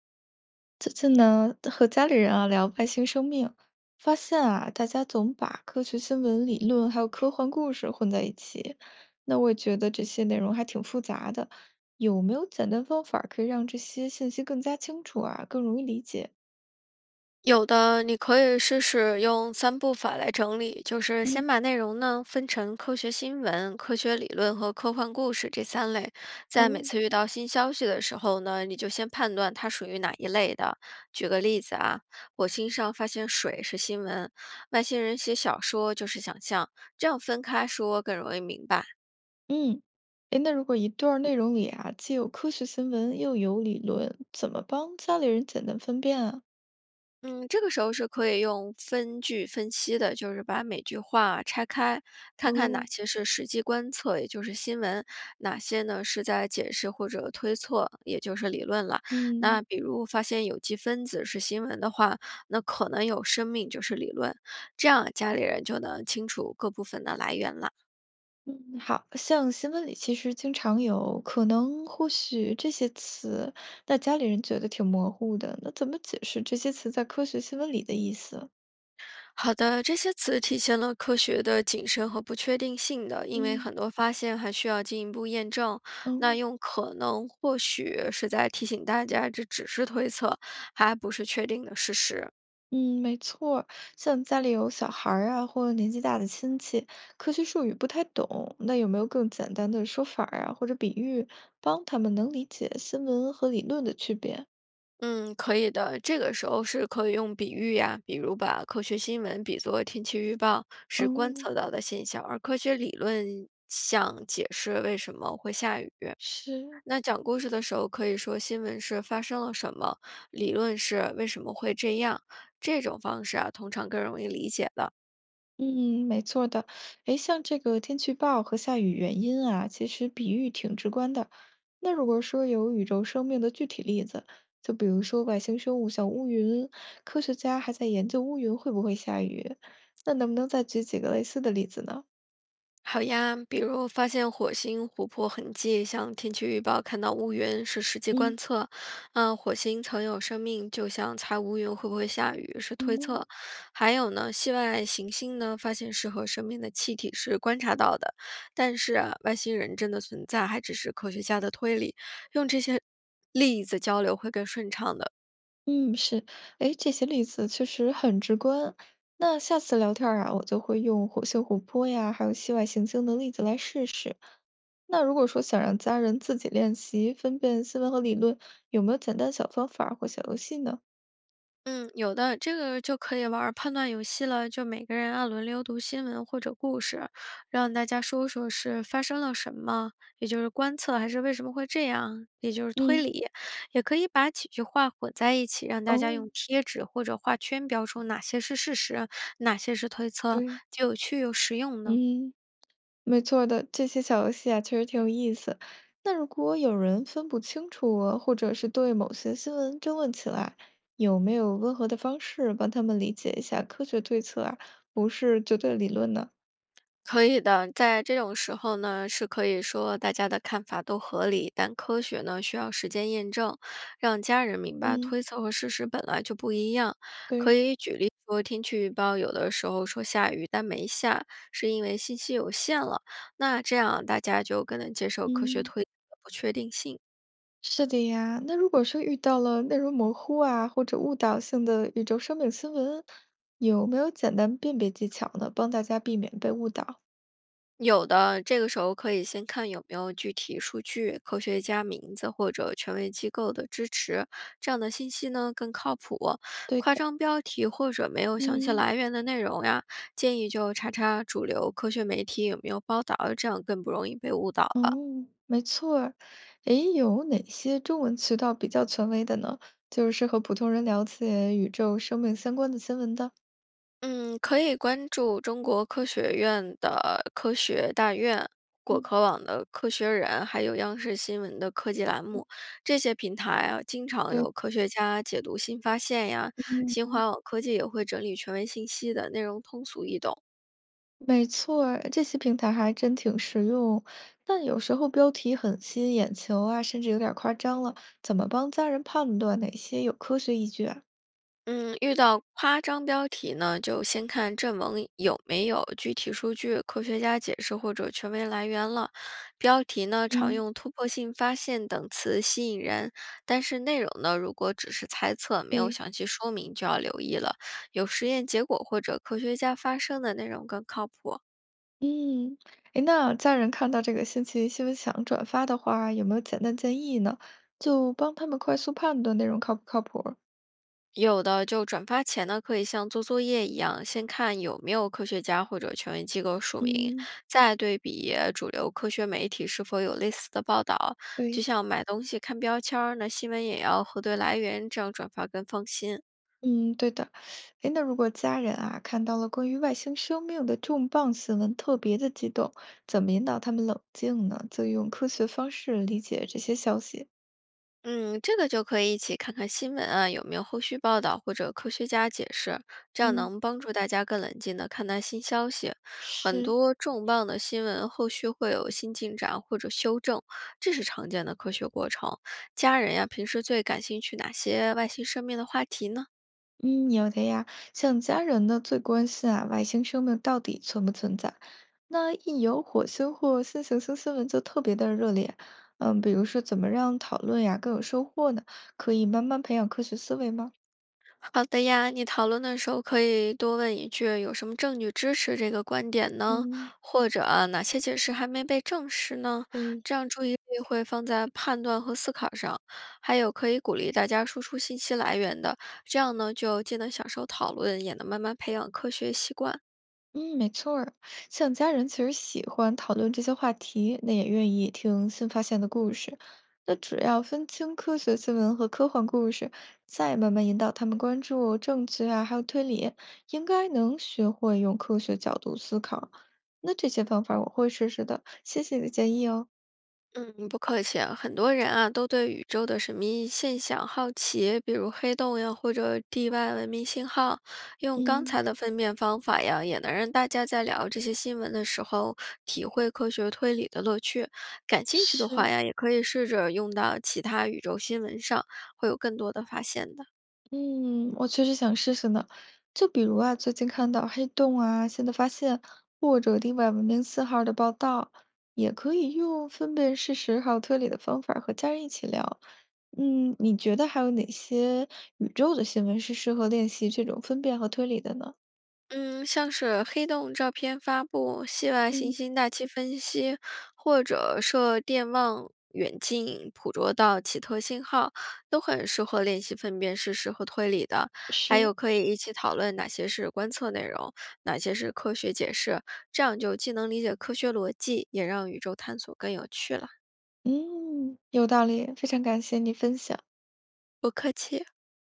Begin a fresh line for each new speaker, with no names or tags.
最近呢，和家里人啊聊外星生命，发现啊，大家总把科学新闻理论还有科幻故事混在一起。那我也觉得这些内容还挺复杂的，有没有简单方法可以让这些信息更加清楚啊，更容易理解？
有的，你可以试试用三步法来整理，就是
嗯，
先把内容呢分成科学新闻、科学理论和科幻故事这三类，在每
哦，
次遇到新消息的时候呢，你就先判断它属于哪一类的。举个例子啊，火星上发现水是新闻，外星人写小说就是想象，这样分开说更容易明白。
嗯，诶，那如果一段儿内容里啊，既有科学新闻又有理论，怎么帮家里人简单分辨啊？
嗯，这个时候是可以用分句分析的，就是把每句话拆开，看看哪
哦，
些是实际观测，也就是新闻，哪些呢是在解释或者推测，也就是理论了。
嗯。
那比如发现有机分子是新闻的话，那可能有生命就是理论，这样啊家里人就能清楚各部分的来源了。
嗯，好像新闻里其实经常有可能、或许这些词，那家里人觉得挺模糊的，那怎么解释这些词在科学新闻里的意思？
好的，这些词体现了科学的谨慎和不确定性的，因为
嗯，
很多发现还需要进一步验证。那
嗯
用可能、或许是在提醒大家，这只是推测，还不是确定的事实。
嗯，没错儿。像家里有小孩儿啊，或年纪大的亲戚，科学术语不太懂，那有没有更简单的说法儿啊，或者比喻，帮他们能理解新闻和理论的区别？
嗯，可以的。这个时候是可以用比喻呀，比如把科学新闻比作天气预报，是观
哦，
测到的现象，而科学理论想解释为什么会下雨。
是，
那讲故事的时候，可以说新闻是发生了什么，理论是为什么会这样，这种方式啊，通常更容易理解的。
嗯，没错儿的。诶，像这个天气预报和下雨原因啊，其实比喻挺直观的。那如果说有宇宙生命的具体例子，就比如说外星生物像乌云，科学家还在研究乌云会不会下雨，那能不能再举几个类似的例子呢？
好呀，比如发现火星湖泊痕迹，像天气预报看到乌云是实际
嗯
观测。嗯，火星曾有生命，就像猜乌云会不会下雨是推
嗯。
测。还有呢，系外行星呢，发现适合生命的气体是观察到的，但是啊，外星人真的存在还只是科学家的推理。用这些例子交流会更顺畅的。
嗯，是，哎，这些例子确实很直观。那下次聊天儿啊，我就会用火星、湖泊呀，还有系外行星的例子来试试。那如果说想让家人自己练习分辨新闻和理论，有没有简单小方法儿或小游戏呢？
嗯，有的，这个就可以玩儿判断游戏了，就每个人按轮流读新闻或者故事，让大家说说是发生了什么，也就是观测还是为什么会这样，也就是
嗯，
推理。也可以把几句话混在一起，让大家
哦，
用贴纸或者画圈标出哪些是事实，哪些是推测，
对，
既有趣又实用呢。
嗯。没错儿的，这些小游戏啊，确实挺有意思。那如果有人分不清楚啊或者是对某些新闻争论起来，有没有温和的方式帮他们理解一下科学对策啊，不是绝对理论呢？
可以的，在这种时候呢，是可以说大家的看法都合理，但科学呢需要时间验证，让家人明白
嗯，
推测和事实本来就不一样。
对，
可以举例说，天气预报有的时候说下雨，但没下，是因为信息有限了。那这样大家就更能接受科学
嗯，
推测的不确定性。
是的呀。那如果说遇到了内容模糊啊，或者误导性的宇宙生命新闻，有没有简单辨别技巧呢，帮大家避免被误导？
有的，这个时候可以先看有没有具体数据、科学家名字或者权威机构的支持，这样的信息呢更靠谱。
对
夸
的。
张标题或者没有详细
嗯。
来源的内容呀，建议就查查主流科学媒体有没有报道，这样更不容易被误导。
哦，没错儿。诶，有哪些中文渠道比较权威的呢？就是适合普通人了解宇宙生命相关的新闻的。
嗯，可以关注中国科学院的科学大院、果
嗯，
壳网的科学人，还有央视新闻的科技栏
嗯，
目。这些平台啊，经常
对，
有科学家解读新发现呀。
嗯，
新
嗯，
华网科技也会整理权威信息的内容，通俗易懂。
没错儿。这些平台还真挺实用，但有时候标题很吸引眼球啊，甚至有点儿夸张了。怎么帮家人判断哪些有科学依据啊？
嗯，遇到夸张标题呢，就先看正文有没有具体数据、科学家解释或者权威来源了。标题呢，常
嗯，
用突破性发现等词吸引人，但是内容呢，如果只是猜测，没有
对。
详细说明，就要留意了。有实验结果或者科学家发声的内容更靠谱。
嗯，诶，那家人看到这个新奇新闻想转发的话，有没有简单建议呢？就帮他们快速判断内容靠不靠谱儿。
有的就转发前呢，可以像做作业一样，先看有没有科学家或者权威机构署名，
嗯，
再对比主流科学媒体是否有类似的报道。就
对，
像买东西看标签儿，那新闻也要核对来源，这样转发更放心。
嗯，对的。诶，那如果家人啊看到了关于外星生命的重磅新闻，特别的激动，怎么引导他们冷静呢？就用科学方式理解这些消息。
嗯，这个就可以一起看看新闻啊，有没有后续报道或者科学家解释，这样
嗯，
能帮助大家更冷静的看待新消息。很
是，
多重磅的新闻后续会有新进展或者修正，这是常见的科学过程。家人呀，平时最感兴趣哪些外星生命的话题呢？
嗯，有的呀，像家人呢，最关心啊，外星生命到底存不存在？那一有火星或新行星新闻就特别的热烈，嗯，比如说怎么让讨论呀更有收获呢？可以慢慢培养科学思维吗？
好的呀，你讨论的时候可以多问一句，有什么证据支持这个观点呢？
嗯，
或者啊哪些解释还没被证实呢？
对，
这样注意力会放在判断和思考上。还有可以鼓励大家输出信息来源的，这样呢就既能享受讨论，也能慢慢培养科学习惯。
嗯，没错儿，像家人其实喜欢讨论这些话题，那也愿意听新发现的故事。那只要分清科学新闻和科幻故事，再慢慢引导他们关注证据啊，还有推理，应该能学会用科学角度思考。那这些方法我会试试的，谢谢你的建议哦。
嗯，不客气啊。很多人啊，都对宇宙的神秘现象好奇，比如黑洞呀，或者地外文明信号。用刚
嗯。
才的分辨方法呀，也能让大家在聊这些新闻的时候，体会科学推理的乐趣。感兴趣的话
是，
呀，也可以试着用到其他宇宙新闻上，会有更多的发现的。
嗯，我确实想试试呢。就比如啊，最近看到黑洞啊、新的发现，或者另外文明信号的报道，也可以用分辨事实还有推理的方法和家人一起聊。嗯，你觉得还有哪些宇宙的新闻是适合练习这种分辨和推理的呢？
嗯，像是黑洞照片发布、系外行
嗯，
星大气分析，或者射电望远镜捕捉到奇特信号，都很适合练习分辨事实和推理的。还
是，
有可以一起讨论哪些是观测内容，哪些是科学解释，这样就既能理解科学逻辑，也让宇宙探索更有趣了。
嗯，有道理，非常感谢你分享。
不客气。